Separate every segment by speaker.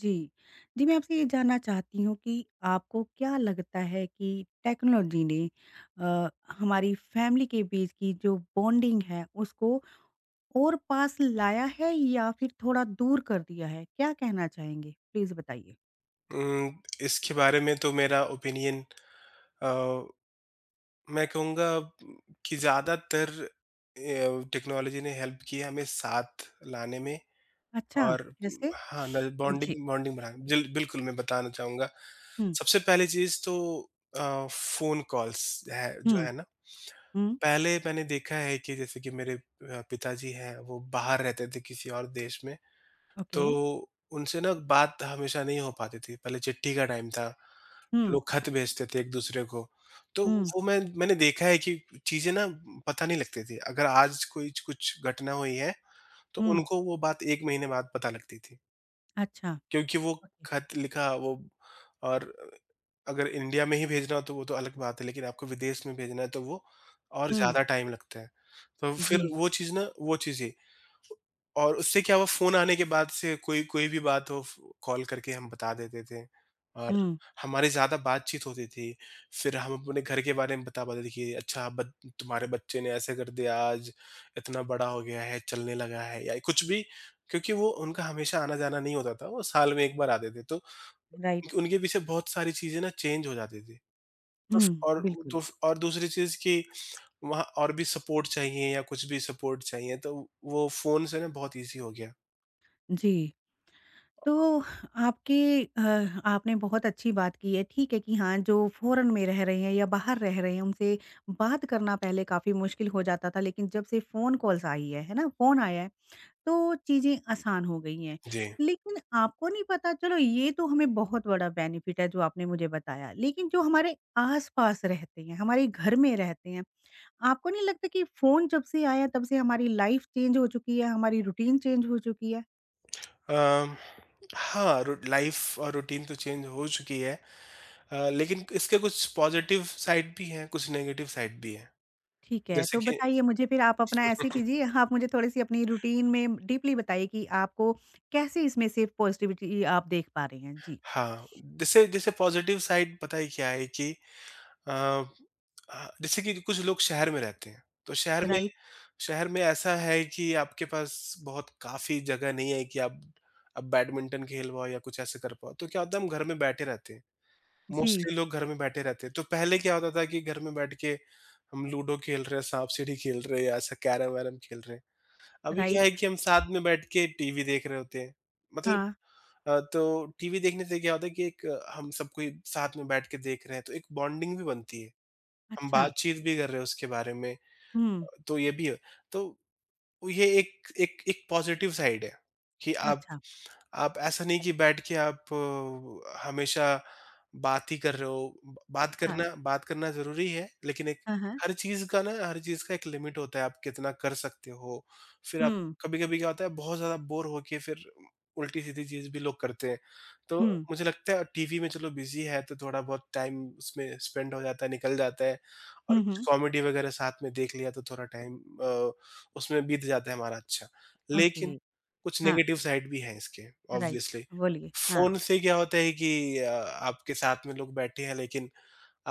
Speaker 1: जी। जी, मैं आपसे ये जानना चाहती हूँ कि आपको क्या लगता है कि टेक्नोलॉजी ने अ, हमारी फैमिली के बीच की जो बॉन्डिंग है उसको और पास लाया है या फिर थोड़ा दूर कर दिया है? क्या कहना चाहेंगे? प्लीज़ बताइए।
Speaker 2: इसके बारे में तो मेरा ओपिनियन अ, मैं कहूँगा कि ज़्यादातर टेक्नोलॉजी ने हेल्प की है हमें साथ लाने में
Speaker 1: अच्छा,
Speaker 2: और
Speaker 1: जैसे?
Speaker 2: हाँ, न
Speaker 1: जी।
Speaker 2: बॉन्डिंग बॉन्डिंग बढ़ाने जिल बिल्कुल मैं बताना चाहूँगा।
Speaker 1: हुँ,
Speaker 2: सबसे पहली चीज़ तो फ़ोन कॉल्स है जो
Speaker 1: हुँ,
Speaker 2: है ना,
Speaker 1: हुँ,
Speaker 2: पहले मैंने देखा है कि जैसे कि मेरे पिताजी हैं, वो बाहर रहते थे किसी और देश में,
Speaker 1: ओके।
Speaker 2: तो उनसे ना बात हमेशा नहीं हो पाती थी। पहले चिट्ठी का टाइम था।
Speaker 1: हुँ,
Speaker 2: लोग खत भेजते थे एक-दूसरे को। तो
Speaker 1: हुँ,
Speaker 2: वो मैंने देखा है कि चीज़ें ना पता नहीं लगती थी। अगर आज कोई कुछ घटना हुई है, तो
Speaker 1: हुँ,
Speaker 2: उनको वो बात 1 महीने बाद पता लगती थी।
Speaker 1: अच्छा,
Speaker 2: क्योंकि वो
Speaker 1: ओके।
Speaker 2: खत लिखा वो और अगर इंडिया में ही भेजना हो तो वो तो अलग बात है, लेकिन आपको विदेश में भेजना है तो वो और
Speaker 1: हुँ,
Speaker 2: ज़्यादा टाइम लगता है। तो फिर
Speaker 1: जी,
Speaker 2: वो चीज़ ना वो चीज़ें और उससे क्या हुआ फ़ोन आने के बाद से कोई कोई भी बात हो फ़ कॉल करके हम बता देते थे और
Speaker 1: हुँ,
Speaker 2: हमारी ज़्यादा बातचीत होती थी। फिर हम अपने घर के बारे में बता पाते थे कि अच्छा बत तुम्हारे बच्चे ने ऐसे कर दिया आज, इतना बड़ा हो गया है, चलने लगा है या कुछ भी क्योंकि वो उनका हमेशा आना-जाना नहीं होता था, वो साल में 1 बार आते थे। तो
Speaker 1: राइट।
Speaker 2: उनके पीछे बहुत सारी चीज़ें ना चेंज हो जाती थी। तो फ़
Speaker 1: हुँ,
Speaker 2: और
Speaker 1: बिल्कुल।
Speaker 2: तो फ़ और दूसरी चीज़ कि वहाँ और भी सपोर्ट चाहिए या कुछ भी सपोर्ट चाहिए तो वो फ़ोन से ना बहुत ईज़ी हो गया।
Speaker 1: जी। तो आपके अ, आपने बहुत अच्छी बात की है, ठीक है कि हाँ, जो फ़ॉरेन में रह रहे हैं या बाहर रह रहे हैं, उनसे बात करना पहले काफ़ी मुश्किल हो जाता था, लेकिन जब से फ़ोन कॉल्स आई है ना? फ़ोन आया है, तो चीज़ें आसान हो गई हैं।
Speaker 2: जी।
Speaker 1: लेकिन आपको नहीं पता चलो ये तो हमें बहुत बड़ा बेनिफिट है जो आपने मुझे बताया, लेकिन जो हमारे आस-पास रहते हैं, हमारे घर में रहते हैं, आपको नहीं लगता कि फ़ोन जब से आया तब से हमारी लाइफ़ चेंज हो चुकी है, हमारी रूटीन चेंज हो चुकी है?
Speaker 2: अम, हाँ, रू लाइफ़ और रूटीन तो चेंज हो चुकी है लेकिन इसके कुछ पॉज़िटिव साइड भी हैं, कुछ नेगेटिव साइड भी हैं।
Speaker 1: ठीक है,
Speaker 2: जैसे
Speaker 1: तो
Speaker 2: कि
Speaker 1: बताइए मुझे फिर आप अपना ऐसे कीजिए, आप मुझे थोड़ी-सी अपनी रूटीन में डीपली बताइए कि आपको कैसे इसमें से पॉज़िटिविटी आप देख पा रहे हैं? जी।
Speaker 2: हाँ, जैसे जैसे पॉज़िटिव साइड पता है क्या है कि अ, जैसे कि कुछ लोग शहर में रहते हैं, तो शहर में
Speaker 1: राइट,
Speaker 2: शहर में ऐसा है कि आपके पास बहुत काफ़ी जगह नहीं है कि आप बैडमिंटन खेल पाओ या कुछ ऐसे कर पाओ, तो क्या होता है हम घर में बैठे रहते हैं।
Speaker 1: जी,
Speaker 2: मोस्टली लोग घर में बैठे रहते हैं। तो पहले क्या होता था कि घर में बैठ के हम लूडो खेल रहे हैं, सांप सीढ़ी खेल रहे हैं या ऐसा कैरम-वैरम खेल रहे हैं। अभी क्या है
Speaker 1: राइट,
Speaker 2: कि हम साथ में बैठ के टीवी देख रहे होते हैं। मतलब
Speaker 1: हाँ,
Speaker 2: तो टीवी देखने से क्या होता है कि एक हम सब कोई साथ में बैठ के देख रहे हैं तो एक बॉन्डिंग भी बनती है। हम
Speaker 1: अच्छा,
Speaker 2: बातचीत भी कर रहे हैं उसके बारे में।
Speaker 1: हुँ,
Speaker 2: तो ये भी है। तो ये एक एक एक पॉजिटिव साइड है कि आप
Speaker 1: अच्छा।
Speaker 2: आप ऐसा नहीं कि बैठ के आप हमेशा बात ही कर रहे हो। ब
Speaker 1: हाँ,
Speaker 2: बात करना ज़रूरी है, लेकिन एक
Speaker 1: हाँ, हाँ।
Speaker 2: हर चीज़ का ना हर चीज़ का एक लिमिट होता है, आप कितना कर सकते हो। फिर आप
Speaker 1: हुँ,
Speaker 2: कभी-कभी क्या होता है बहुत ज़्यादा बोर होके फिर उल्टी-सीधी चीज़ भी लोग करते हैं। तो
Speaker 1: हुँ,
Speaker 2: मुझे लगता है टीवी में चलो बिज़ी है तो थोड़ा बहुत टाइम उसमें स्पेंड हो जाता है, निकल जाता है और
Speaker 1: हुँ,
Speaker 2: कुछ
Speaker 1: हुँ,
Speaker 2: कॉमेडी वगैरह साथ में देख लिया तो थोड़ा टाइम अ, उसमें बीत जाता है हमारा अच्छा।
Speaker 1: ओके,
Speaker 2: लेकिन कुछ
Speaker 1: हाँ,
Speaker 2: नेगेटिव साइड भी हैं इसके
Speaker 1: राइट,
Speaker 2: ऑब्वियसली।
Speaker 1: बोलिए, हाँ।
Speaker 2: फ़ोन से क्या होता है कि आपके साथ में लोग बैठे हैं लेकिन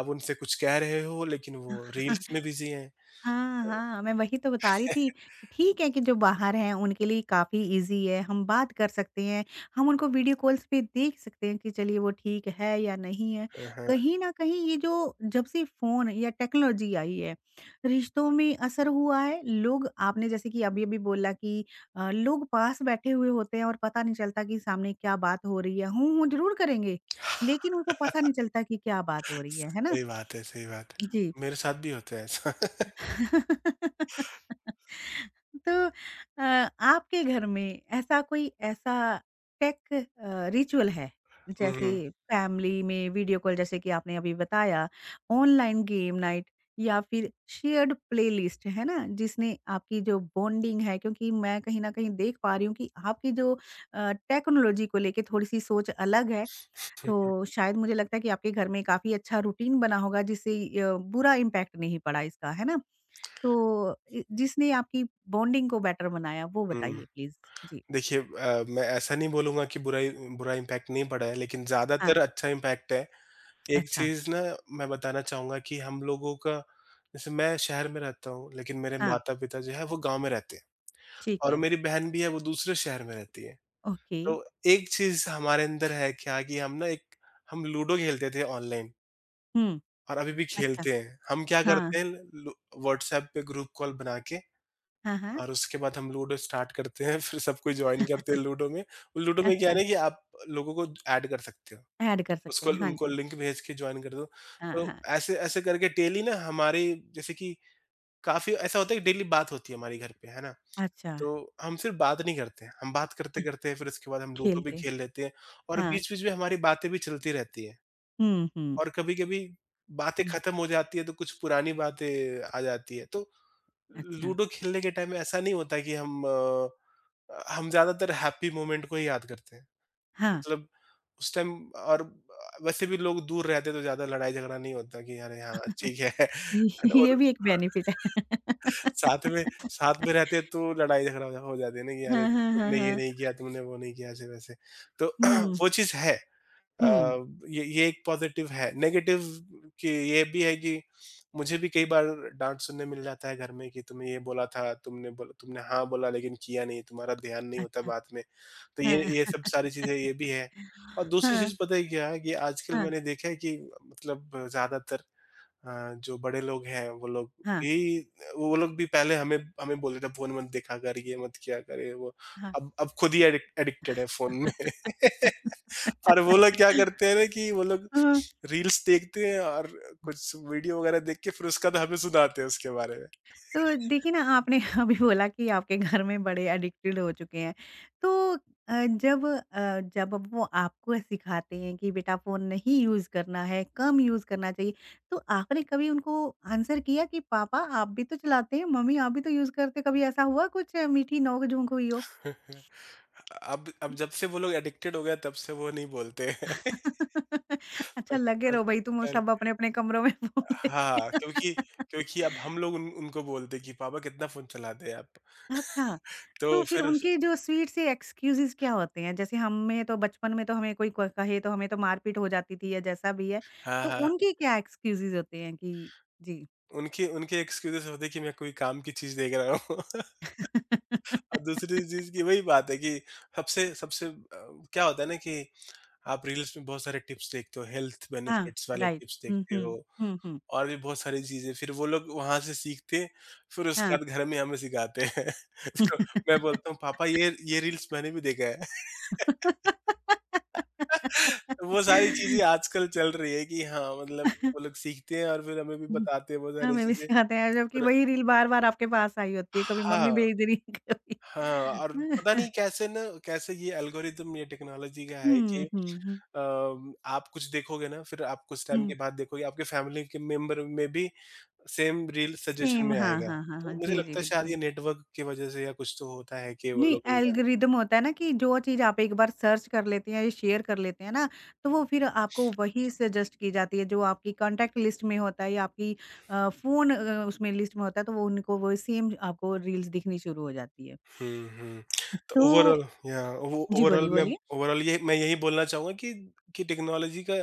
Speaker 2: आप उनसे कुछ कह रहे हो लेकिन वो रील्स में बिज़ी हैं।
Speaker 1: हाँ, हाँ, मैं वही तो बता रही थी। ठीक है कि जो बाहर हैं उनके लिए काफ़ी ईज़ी है, हम बात कर सकते हैं, हम उनको वीडियो कॉल्स पे देख सकते हैं कि चलिए वो ठीक है या नहीं है।
Speaker 2: हाँ, हाँ,
Speaker 1: कहीं न कहीं ये जो जब से फ़ोन या टेक्नोलॉजी आई है, रिश्तों में असर हुआ है। लोग आपने जैसे कि अभी-अभी बोला कि लोग पास बैठे हुए होते हैं और पता नहीं चलता कि सामने क्या बात हो रही है। हूँ, हूँ ज़रूर करेंगे, लेकिन उनको पता नहीं चलता कि क्या बात हो रही है ना?
Speaker 2: सही बात है, सही बात
Speaker 1: जी।
Speaker 2: है। मेरे साथ भी होता है ऐसा।
Speaker 1: तो अ, आपके घर में ऐसा कोई ऐसा टेक रिचुअल है?
Speaker 2: हुँ,
Speaker 1: जैसे
Speaker 2: हुँ,
Speaker 1: फैमिली में वीडियो कॉल जैसे कि आपने अभी बताया, ऑनलाइन गेम नाइट या फिर शेयर्ड प्लेलिस्ट, है ना? जिसने आपकी जो बॉन्डिंग है क्योंकि मैं कहीं न कहीं देख पा रही हूँ कि आपकी जो टेक्नोलॉजी को लेके थोड़ी-सी सोच अलग है। तो शायद मुझे लगता है कि आपके घर में काफ़ी अच्छा रूटीन बना होगा जिससे बुरा इम्पैक्ट नहीं पड़ा इसका, है ना? तो इ जिसने आपकी बॉन्डिंग को बेटर बनाया वो
Speaker 2: हुँ,
Speaker 1: बताइए
Speaker 2: हुँ।
Speaker 1: प्लीज़? जी।
Speaker 2: देखिए मैं ऐसा नहीं बोलूँगा कि बुरा इम्पैक्ट नहीं पड़ा है लेकिन
Speaker 1: हाँ,
Speaker 2: ज़्यादातर अच्छा इम्पैक्ट है। एक
Speaker 1: अच्छा।
Speaker 2: चीज़ ना मैं बताना चाहूँगा कि हम लोगों का जैसे मैं शहर में रहता हूँ लेकिन मेरे
Speaker 1: हाँ,
Speaker 2: माता-पिता जो है वो गाँव में रहते हैं।
Speaker 1: ठीक
Speaker 2: और
Speaker 1: है।
Speaker 2: मेरी बहन भी है वो दूसरे शहर में रहती है।
Speaker 1: ओके।
Speaker 2: तो एक चीज़ हमारे अंदर है क्या कि हम ना एक हम लूडो खेलते थे ऑनलाइन
Speaker 1: हुँ,
Speaker 2: और अभी भी
Speaker 1: अच्छा।
Speaker 2: खेलते हैं। हम क्या
Speaker 1: हाँ,
Speaker 2: करते हैं लू व्हाट्सऐप पे ग्रुप कॉल बना के
Speaker 1: हाँ, हाँ।
Speaker 2: और उसके बाद हम लूडो स्टार्ट करते हैं फिर सब कोई जॉइन करते हैं लूडो में। लूडो में क्या है
Speaker 1: अच्छा,
Speaker 2: ना कि आप लोगों को ऐड कर सकते हो।
Speaker 1: ऐड कर सकते
Speaker 2: उसको
Speaker 1: हैं। हाँ
Speaker 2: उनको
Speaker 1: जी।
Speaker 2: लिंक भेज के जॉइन कर दो।
Speaker 1: हाँ,
Speaker 2: तो
Speaker 1: हाँ।
Speaker 2: ऐसे ऐसे करके डेली ना हमारे जैसे कि काफ़ी ऐसा होता है कि डेली बात होती है हमारी घर पे, है ना?
Speaker 1: अच्छा,
Speaker 2: तो हम सिर्फ बात नहीं करते हैं, हम बात
Speaker 1: अ,
Speaker 2: करते-करते फिर उसके बाद हम लूडो भी
Speaker 1: खेलते हैं।
Speaker 2: खेल लेते हैं और
Speaker 1: हाँ।
Speaker 2: बीच-बीच में हमारी बातें भी चलती रहती हैं
Speaker 1: हुँ, हुँ,
Speaker 2: और कभी-कभी बातें
Speaker 1: हुँ।
Speaker 2: खत्म हो जाती है तो कुछ पुरानी बातें आ जाती है। तो
Speaker 1: अच्छा,
Speaker 2: लूडो खेलने के टाइम में ऐसा नहीं होता कि हम ज़्यादातर हैप्पी मोमेंट को ही याद करते हैं।
Speaker 1: हाँ।
Speaker 2: मतलब उस टाइम और वैसे भी लोग दूर रहते तो ज़्यादा लड़ाई-झगड़ा नहीं होता कि अरे! हाँ, ठीक है।
Speaker 1: ये
Speaker 2: है ना?
Speaker 1: ये
Speaker 2: और
Speaker 1: भी एक बेनिफिट है।
Speaker 2: साथ में साथ में रहते तो लड़ाई झगड़ा हो जाती है ना कि अरे
Speaker 1: हाँ, हाँ, हाँ,
Speaker 2: तुमने ये
Speaker 1: हाँ।
Speaker 2: नहीं किया, तुमने वो नहीं किया, ऐसे-वैसे। तो
Speaker 1: हुँ,
Speaker 2: वो चीज़ है। अ,
Speaker 1: हुँ।
Speaker 2: ये एक पॉज़िटिव है। नेगेटिव कि ये भी है कि मुझे भी कई बार डाँट सुनने मिल जाता है घर में कि तुमने ये बोला था, तुमने हाँ बोला लेकिन किया नहीं, तुम्हारा ध्यान नहीं होता
Speaker 1: अच्छा।
Speaker 2: बात में। तो ये
Speaker 1: हाँ।
Speaker 2: ये सब सारी चीज़ें ये भी है। और दूसरी
Speaker 1: हाँ,
Speaker 2: चीज़ पता है क्या है कि आजकल
Speaker 1: हाँ,
Speaker 2: मैंने देखा है कि मतलब ज़्यादातर जो बड़े लोग हैं
Speaker 1: हाँ,
Speaker 2: भी वो लोग भी पहले हमें हमें बोल रहे थे फ़ोन मत देखा कर, ये मत किया कर, ये वो।
Speaker 1: हाँ।
Speaker 2: अब खुद ही एडिक्टेड है फ़ोन में। और वो लोग क्या करते हैं ना कि वो लोग
Speaker 1: हाँ,
Speaker 2: रील्स देखते हैं और कुछ वीडियो वगैरह देख के फिर उसका तो हमें सुनाते हैं उसके बारे में।
Speaker 1: तो देखिए ना आपने अभी बोला कि आपके घर में बड़े एडिक्टेड हो चुके हैं। तो अ, जब जब अब वो आपको सिखाते हैं कि बेटा फ़ोन नहीं यूज़ करना है, कम यूज़ करना चाहिए, तो आपने कभी उनको आंसर किया कि पापा आप भी तो चलाते हैं, मम्मी आप भी तो यूज़ करते हो, कभी ऐसा हुआ कुछ मीठी नोक-झोंक हुई हो?
Speaker 2: अब जब से वो लोग एडिक्टेड हो गए तब से वो नहीं बोलते हैं। प
Speaker 1: अच्छा लगे
Speaker 2: प
Speaker 1: रहो भई तुम
Speaker 2: पहल
Speaker 1: सब अपने-अपने कमरों में फ़ोन लेके।
Speaker 2: हाँ, क्योंकि क्योंकि अब हम लोग उन उनको बोलते हैं कि पापा कितना फ़ोन चलाते हैं आप?
Speaker 1: अच्छा, तो
Speaker 2: तो
Speaker 1: फिर
Speaker 2: फिर
Speaker 1: उनके जो स्वीट से एक्सक्यूज़ेज़ क्या होते हैं? जैसे हमें तो बचपन में तो हमें कोई क कहे तो हमें तो मारपीट हो जाती थी या जैसा भी है,
Speaker 2: हाँ,
Speaker 1: तो
Speaker 2: हाँ।
Speaker 1: उनके क्या एक्सक्यूज़ेज़ होते हैं कि जी।
Speaker 2: उनके उनके एक्सक्यूज़ेस होते हैं कि मैं कोई काम की चीज़ देख रहा हूँ और दूसरी चीज़ की वही बात है कि सबसे सबसे क्या होता है ना कि आप रील्स में बहुत सारे टिप्स देखते हो, हेल्थ
Speaker 1: हाँ,
Speaker 2: बेनिफिट्स वाले
Speaker 1: राइट।
Speaker 2: टिप्स
Speaker 1: हुँ,
Speaker 2: देखते
Speaker 1: हुँ।
Speaker 2: हो
Speaker 1: हुँ, हुँ।
Speaker 2: और भी बहुत सारी चीज़ें, फिर वो लोग वहाँ से सीखते हैं, फिर उसके
Speaker 1: हाँ।
Speaker 2: बाद घर में हमें सिखाते हैं। तो मैं बोलता हूँ, "पापा ये रील्स मैंने भी देखा है।" वो सारी चीज़ें आजकल चल रही है कि हाँ, मतलब वो लोग सीखते हैं और फिर हमें भी
Speaker 1: हुँ,
Speaker 2: बताते हैं वो सारी
Speaker 1: हमें भी
Speaker 2: चीज़ें।
Speaker 1: सिखाते हैं जबकि
Speaker 2: फिर
Speaker 1: वही रील बार-बार आपके पास आई होती है, कभी मम्मी
Speaker 2: हाँ।
Speaker 1: भेज रही है, कभी
Speaker 2: हाँ, और पता नहीं कैसे ना कैसे ये एल्गोरिदम ये टेक्नोलॉजी का है कि
Speaker 1: हुँ, हुँ, हुँ,
Speaker 2: आप कुछ देखोगे ना फिर आप कुछ टाइम के
Speaker 1: हुँ।
Speaker 2: बाद देखोगे आपके फैमिली के मेंबर में भी सेम रील सजेशन
Speaker 1: सेम
Speaker 2: में
Speaker 1: हाँ,
Speaker 2: आएगा।
Speaker 1: हाँ, हाँ, हाँ।
Speaker 2: तो मुझे
Speaker 1: जी, जी,
Speaker 2: लगता है शायद
Speaker 1: बिल्कुल।
Speaker 2: ये नेटवर्क की वजह से या कुछ तो होता है कि वो
Speaker 1: नहीं
Speaker 2: लोग
Speaker 1: एल्गोरिदम होता है ना कि जो चीज़ आप एक बार सर्च कर लेते हैं या शेयर कर लेते हैं ना, तो वो फिर आपको वही सजेस्ट की जाती है जो आपकी कॉन्टैक्ट लिस्ट में होता है या आपकी फ़ोन उसमें लिस्ट में होता है तो वो उनको वो सेम आपको रील्स दिखनी शुरू हो जाती है।
Speaker 2: हुँ, हुँ। तो
Speaker 1: तो
Speaker 2: ओवरऑल या ओ
Speaker 1: जी,
Speaker 2: ओवरऑल
Speaker 1: बोलिए,
Speaker 2: मैं
Speaker 1: बोलिए।
Speaker 2: ओवरऑल ये मैं यही बोलना चाहूँगा कि टेक्नोलॉज़ी का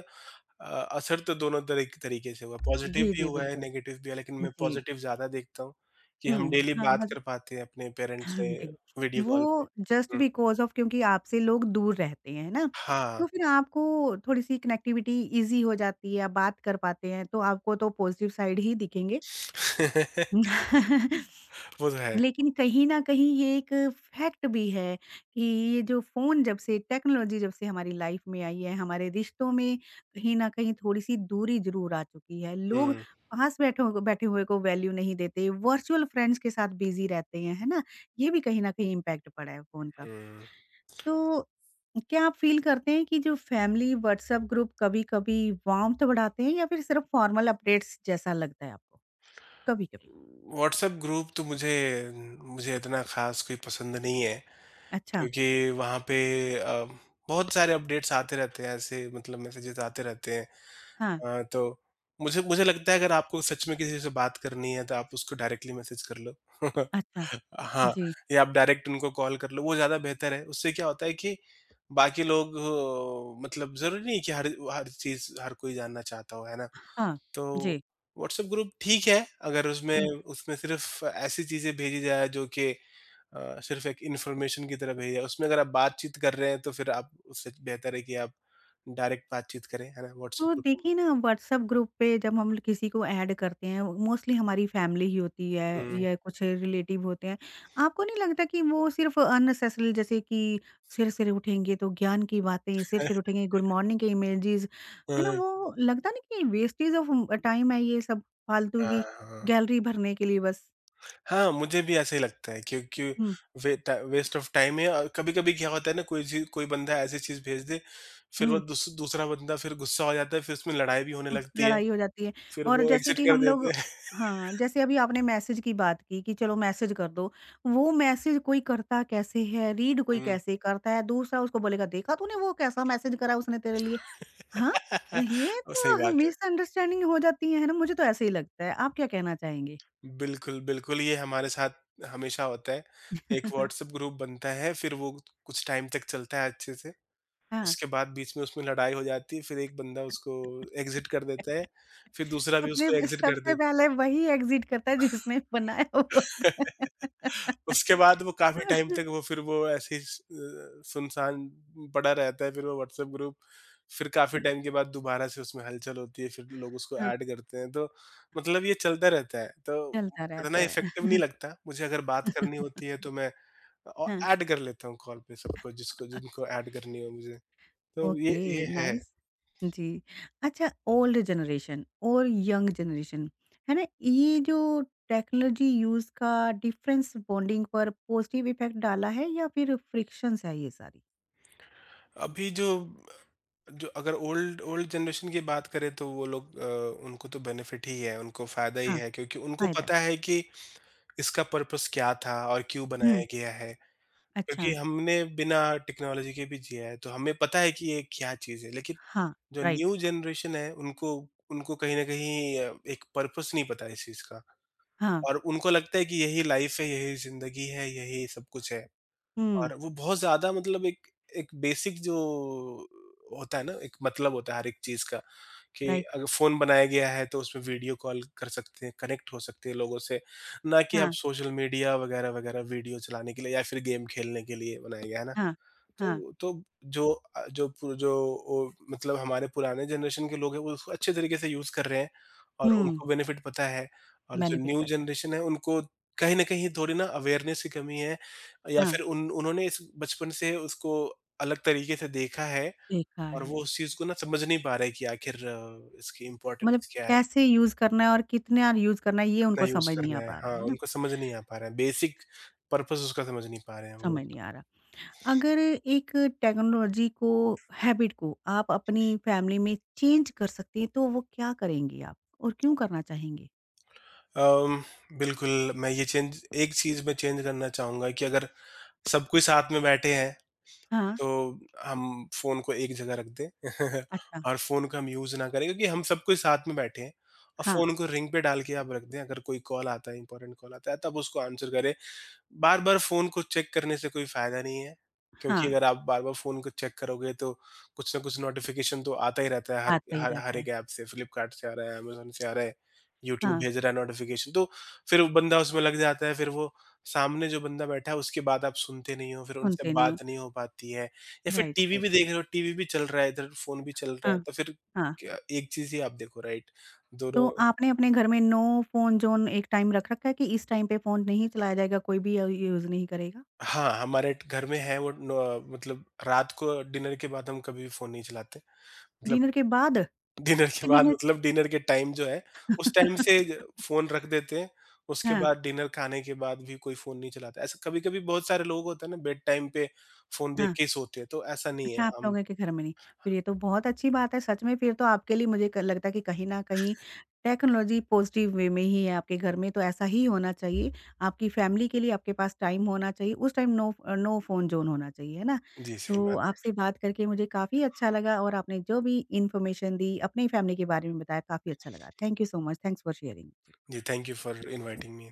Speaker 2: असर तो दोनों तरह तरीके से हुआ, पॉज़िटिव
Speaker 1: जी,
Speaker 2: भी
Speaker 1: जी,
Speaker 2: हुआ है,
Speaker 1: बिल्कुल।
Speaker 2: नेगेटिव भी है, लेकिन मैं
Speaker 1: जी।
Speaker 2: पॉज़िटिव ज़्यादा देखता हूँ कि हम
Speaker 1: हुँ,
Speaker 2: डेली
Speaker 1: हाँ,
Speaker 2: बात
Speaker 1: मतलब
Speaker 2: कर पाते हैं अपने पेरेंट्स
Speaker 1: हाँ
Speaker 2: से
Speaker 1: जी,
Speaker 2: वीडियो कॉल पे।
Speaker 1: वो जस्ट
Speaker 2: हुँ।
Speaker 1: बिकॉज़ ऑफ क्योंकि आपसे लोग दूर रहते हैं, है ना?
Speaker 2: हाँ।
Speaker 1: तो फिर आपको थोड़ी-सी कनेक्टिविटी ईज़ी हो जाती है, आप बात कर पाते हैं, तो आपको तो पॉज़िटिव साइड ही दिखेंगे।
Speaker 2: वो तो है।
Speaker 1: लेकिन कहीं न कहीं ये एक फैक्ट भी है कि ये जो फ़ोन जब से टेक्नोलॉज़ी जब से हमारी लाइफ़ में आई है, हमारे रिश्तों में कहीं न कहीं थोड़ी-सी दूरी ज़रूर आ चुकी है। लोग
Speaker 2: हुँ,
Speaker 1: पास बैठो बैठे हुए को वैल्यू नहीं देते, वर्चुअल फ्रेंड्स के साथ बिज़ी रहते हैं, है ना? ये भी कहीं न कहीं इम्पैक्ट पड़ा है फ़ोन का।
Speaker 2: हुँ।
Speaker 1: तो क्या आप फ़ील करते हैं कि जो फ़ैमिली व्हाट्सएप ग्रुप कभी-कभी वार्मथ बढ़ाते हैं या फिर सिर्फ़ फ़ॉर्मल अपडेट्स जैसा लगता है आपको? कभी-कभी।
Speaker 2: व्हाट्सएप ग्रुप तो मुझे मुझे इतना ख़ास कोई पसंद नहीं है।
Speaker 1: अच्छा।
Speaker 2: क्योंकि वहाँ पे अ, बहुत सारे अपडेट्स आते रहते हैं ऐसे मतलब मैसेजेस आते रहते हैं।
Speaker 1: हाँ।
Speaker 2: तो मुझे मुझे लगता है अगर आपको सच में किसी से बात करनी है तो आप उसको डायरेक्टली मैसेज कर लो।
Speaker 1: अच्छा।
Speaker 2: हाँ,
Speaker 1: जी।
Speaker 2: या आप डायरेक्ट उनको कॉल कर लो, वो ज़्यादा बेहतर है। उससे क्या होता है कि बाकी लोग मतलब ज़रूरी नहीं कि हर हर चीज़ हर कोई जानना चाहता हो, है ना?
Speaker 1: हाँ,
Speaker 2: तो
Speaker 1: जी।
Speaker 2: व्हाट्सएप ग्रुप ठीक है, अगर उसमें
Speaker 1: हुँ।
Speaker 2: उसमें सिर्फ़ ऐसी चीज़ें भेजी जाए जो कि सिर्फ एक इन्फॉर्मेशन की तरह भेजा उसमें अगर आप बातचीत कर रहे हैं तो फिर आप उससे बेहतर है कि आप डायरेक्ट बातचीत करें, है ना? व्हाट्सएप
Speaker 1: तो
Speaker 2: ग्रुप में।
Speaker 1: देखिए ना व्हाट्सएप ग्रुप पे जब हम किसी को ऐड करते हैं, मोस्टली हमारी फैमिली ही होती
Speaker 2: हुँ,
Speaker 1: है
Speaker 2: हुँ।
Speaker 1: या कुछ रिलेटिव होते हैं। आपको नहीं लगता कि वो सिर्फ़ अननेसेसरी जैसे कि सिर-सिर उठेंगे तो ज्ञान की बातें, सिर-सिर उठेंगे गुड मॉर्निंग के इमेजेस, है ना? वो लगता नहीं कि वेस्टेज ऑफ टाइम है ये सब फालतू
Speaker 2: हाँ,
Speaker 1: की
Speaker 2: हाँ।
Speaker 1: गैलरी भरने के लिए बस?
Speaker 2: हाँ, मुझे भी ऐसा ही लगता है क्योंकि
Speaker 1: हुँ,
Speaker 2: वे टा वेस्ट ऑफ टाइम है और कभी-कभी क्या होता है ना, कोई चीज़ कोई बंदा ऐसी चीज़ भेज दे, फिर वो
Speaker 1: हुँ।
Speaker 2: दूस दूसरा बंदा फिर गुस्सा हो जाता है, फिर उसमें लड़ाई भी होने
Speaker 1: अह,
Speaker 2: लगती है,
Speaker 1: लड़ाई हो जाती है
Speaker 2: फिर
Speaker 1: और
Speaker 2: वो
Speaker 1: जैसे
Speaker 2: एग्ज़िट
Speaker 1: कि
Speaker 2: कर
Speaker 1: हम
Speaker 2: देते
Speaker 1: लोग
Speaker 2: हैं।
Speaker 1: हाँ, जैसे अभी आपने मैसेज की बात की कि चलो मैसेज कर दो। वो मैसेज कोई करता कैसे है, रीड कोई
Speaker 2: हुँ।
Speaker 1: कैसे करता है, दूसरा उसको बोलेगा देखा तूने वो कैसा मैसेज करा उसने तेरे लिए? हाँ, ये
Speaker 2: वो सही
Speaker 1: तो
Speaker 2: बात है।
Speaker 1: मिसअंडरस्टैंडिंग हो जाती है ना? मुझे तो ऐसे ही लगता है। आप क्या कहना चाहेंगे?
Speaker 2: बिल्कुल, बिल्कुल, ये हमारे साथ हमेशा होता है। एक व्हाट्सएप ग्रुप बनता है, फिर वो कुछ टाइम तक चलता है अच्छे से,
Speaker 1: हाँ।
Speaker 2: उसके बाद बीच में उसमें लड़ाई हो जाती है, फिर एक बंदा उसको एग्ज़िट कर देता है, फिर दूसरा भी
Speaker 1: सबसे
Speaker 2: उसको एग्ज़िट कर
Speaker 1: सबसे
Speaker 2: देता है।
Speaker 1: पहले वही एग्ज़िट करता है जिसने बनाया होता है।
Speaker 2: उसके बाद वो काफ़ी टाइम तक वो फिर वो ऐसे ही सुनसान पड़ा रहता है, फिर वो व्हाट्सएप ग्रुप, फिर काफ़ी टाइम के बाद दोबारा से उसमें हलचल होती है, फिर लोग उसको
Speaker 1: हाँ,
Speaker 2: ऐड करते हैं, तो मतलब ये चलता रहता है। तो
Speaker 1: चलता रहता
Speaker 2: इतना इफ़ेक्टिव नहीं
Speaker 1: है।
Speaker 2: लगता, मुझे अगर बात करनी होती है तो मैं औ
Speaker 1: हाँ,
Speaker 2: ऐड कर लेता हूँ कॉल पे सबको, जिसको जिनको ऐड करनी हो मुझे, तो ये
Speaker 1: ओके,
Speaker 2: ये है।
Speaker 1: नाइस। जी, अच्छा ओल्ड जनरेशन और यंग जनरेशन, है ना? ये जो टेक्नोलॉजी यूज़ का डिफरेंस बॉन्डिंग पर पॉज़िटिव इफ़ेक्ट डाला है या फिर फ्रिक्शंस है ये सारी?
Speaker 2: अभी जो जो अगर ओल्ड ओल्ड जनरेशन की बात करें तो वो लोग उनको तो बेनिफिट ही है, उनको फ़ायदा ही
Speaker 1: हाँ,
Speaker 2: है क्योंकि उनको
Speaker 1: फ़ायदा।
Speaker 2: पता है कि इसका पर्पस क्या था और क्यों बनाया
Speaker 1: हुँ,
Speaker 2: गया है। क्योंकि
Speaker 1: अच्छा।
Speaker 2: हमने बिना टेक्नोलॉजी के भी जिया है, तो हमें पता है कि ये क्या चीज़ है। लेकिन
Speaker 1: हाँ,
Speaker 2: जो
Speaker 1: राइट।
Speaker 2: न्यू जनरेशन है उनको उनको कहीं न कहीं एक पर्पस नहीं पता इस चीज़ का
Speaker 1: हाँ,
Speaker 2: और उनको लगता है कि यही लाइफ़ है, यही ज़िंदगी है, यही सब कुछ है।
Speaker 1: हुँ,
Speaker 2: और वो बहुत ज़्यादा मतलब एक एक बेसिक जो होता है ना, एक मतलब होता है हर एक चीज़ का। कि
Speaker 1: राइट।
Speaker 2: अगर फ़ोन बनाया गया है तो उसमें वीडियो कॉल कर सकते हैं, कनेक्ट हो सकते हैं लोगों से, ना कि आप
Speaker 1: हाँ,
Speaker 2: सोशल मीडिया वगैरह-वगैरह वीडियो चलाने के लिए या फिर गेम खेलने के लिए बनाया गया है ना?
Speaker 1: हाँ, हाँ।
Speaker 2: तो जो अ, जो पु जो ओ मतलब हमारे पुराने जनरेशन के लोग हैं वो उसको अच्छे तरीके से यूज़ कर रहे हैं और
Speaker 1: हुँ,
Speaker 2: उनको बेनिफिट पता है और जो
Speaker 1: बेनिफिट
Speaker 2: न्यू
Speaker 1: पता है।
Speaker 2: जनरेशन है उनको कहीं न कहीं थोड़ी ना अवेयरनेस की कमी है या
Speaker 1: हाँ।
Speaker 2: फिर उन उन्होंने इस बचपन से उसको अलग तरीके से देखा है
Speaker 1: देखा
Speaker 2: और
Speaker 1: है।
Speaker 2: वो उस चीज़ को ना समझ नहीं पा रहे हैं कि आखिर इसकी
Speaker 1: मतलब
Speaker 2: इम्पोर्टेंस क्या है?
Speaker 1: कैसे यूज़ करना है और कितना यूज़ करना है ये
Speaker 2: कितना
Speaker 1: उनको
Speaker 2: यूज़
Speaker 1: समझ नहीं आ
Speaker 2: करना है?
Speaker 1: पा रहा
Speaker 2: हाँ,
Speaker 1: है ना?
Speaker 2: उनको समझ नहीं आ पा रहा है, बेसिक पर्पस उसका समझ नहीं पा रहे हैं वो
Speaker 1: समझ
Speaker 2: लोग।
Speaker 1: नहीं आ रहा। अगर एक टेक्नोलॉजी को हैबिट को आप अपनी फैमिली में चेंज कर सकते हैं तो वो क्या करेंगी आप और क्यों करना चाहेंगे?
Speaker 2: अम, बिल्कुल, मैं ये चेंज एक चीज़ मैं चेंज करना चाहूँगा कि अगर सब कोई साथ में बैठे हैं,
Speaker 1: हाँ,
Speaker 2: तो हम फ़ोन को एक जगह रख दें।
Speaker 1: अच्छा,
Speaker 2: और फ़ोन को हम यूज़ ना करें क्योंकि हम सब कोई साथ में बैठे हैं और
Speaker 1: हाँ,
Speaker 2: फ़ोन को रिंग पे डाल के आप रख दें, अगर कोई कॉल आता है, इम्पोर्टेंट कॉल आता है, तब उसको आंसर करें। बार-बार फ़ोन को चेक करने से कोई फ़ायदा नहीं है, क्योंकि
Speaker 1: हाँ,
Speaker 2: अगर आप बार-बार फ़ोन को चेक करोगे तो कुछ न कुछ नोटिफ़िकेशन तो आता ही रहता है
Speaker 1: आता
Speaker 2: हर
Speaker 1: ही
Speaker 2: हर
Speaker 1: रहता
Speaker 2: हर
Speaker 1: है।
Speaker 2: एक ऐप से, फ्लिपकार्ट से आ रहा है, अमेज़न से आ रहा है, यूट्यूब
Speaker 1: हाँ,
Speaker 2: भेज रहा है नोटिफ़िकेशन, तो फिर वो बंदा उसमें लग जाता है, फिर वो सामने जो बंदा बैठा है उसकी बात आप सुनते नहीं हो, फिर उनसे
Speaker 1: सुनते नहीं हो।
Speaker 2: बात नहीं हो पाती है या फिर
Speaker 1: राइट,
Speaker 2: टीवी भी
Speaker 1: राइट।
Speaker 2: देख रहे हो, टीवी भी चल रहा है, इधर फ़ोन भी चल रहा है,
Speaker 1: हाँ,
Speaker 2: तो फिर
Speaker 1: हाँ, हाँ।
Speaker 2: क्या एक चीज़ ही आप देखो राइट?
Speaker 1: तो
Speaker 2: दोनों।
Speaker 1: आपने अपने घर में नो फ़ोन ज़ोन एक टाइम रख रखा है कि इस टाइम पे फ़ोन नहीं चलाया जाएगा, कोई भी यूज़ नहीं करेगा?
Speaker 2: हाँ, हमारे ट घर में है वो न मतलब रात को डिनर के बाद हम कभी भी फ़ोन नहीं चलाते। मतलब
Speaker 1: डिनर के बाद?
Speaker 2: डिनर के
Speaker 1: कि
Speaker 2: बाद
Speaker 1: डिनर
Speaker 2: मतलब डिनर के टाइम जो है, उस टाइम से फ़ोन रख देते हैं, उसके
Speaker 1: हाँ,
Speaker 2: बाद डिनर खाने के बाद भी कोई फ़ोन नहीं चलाता। ऐसा कभी-कभी बहुत सारे लोग होते हैं ना, बेड टाइम पे फ़ोन देख
Speaker 1: हाँ।
Speaker 2: के ही सोते हैं, तो ऐसा नहीं है
Speaker 1: अच्छा, आप
Speaker 2: हम।
Speaker 1: लोगों के घर में नहीं। फिर ये तो बहुत अच्छी बात है सच में फिर तो आपके लिए मुझे क लगता है कि कहीं न कहीं टेक्नोलॉज़ी पॉज़िटिव वे में ही है आपके घर में तो ऐसा ही होना चाहिए। आपकी फ़ैमिली के लिए आपके पास टाइम होना चाहिए, उस time no no phone zone होना चाहिए, है ना?
Speaker 2: जी, सही
Speaker 1: तो
Speaker 2: बात है।
Speaker 1: आपसे बात करके मुझे काफ़ी अच्छा लगा और आपने जो भी इन्फॉर्मेशन दी अपनी फ़ैमिली के बारे में बताया काफ़ी अच्छा लगा। Thank you so much thanks for sharing. जी।
Speaker 2: जी, thank you for inviting me.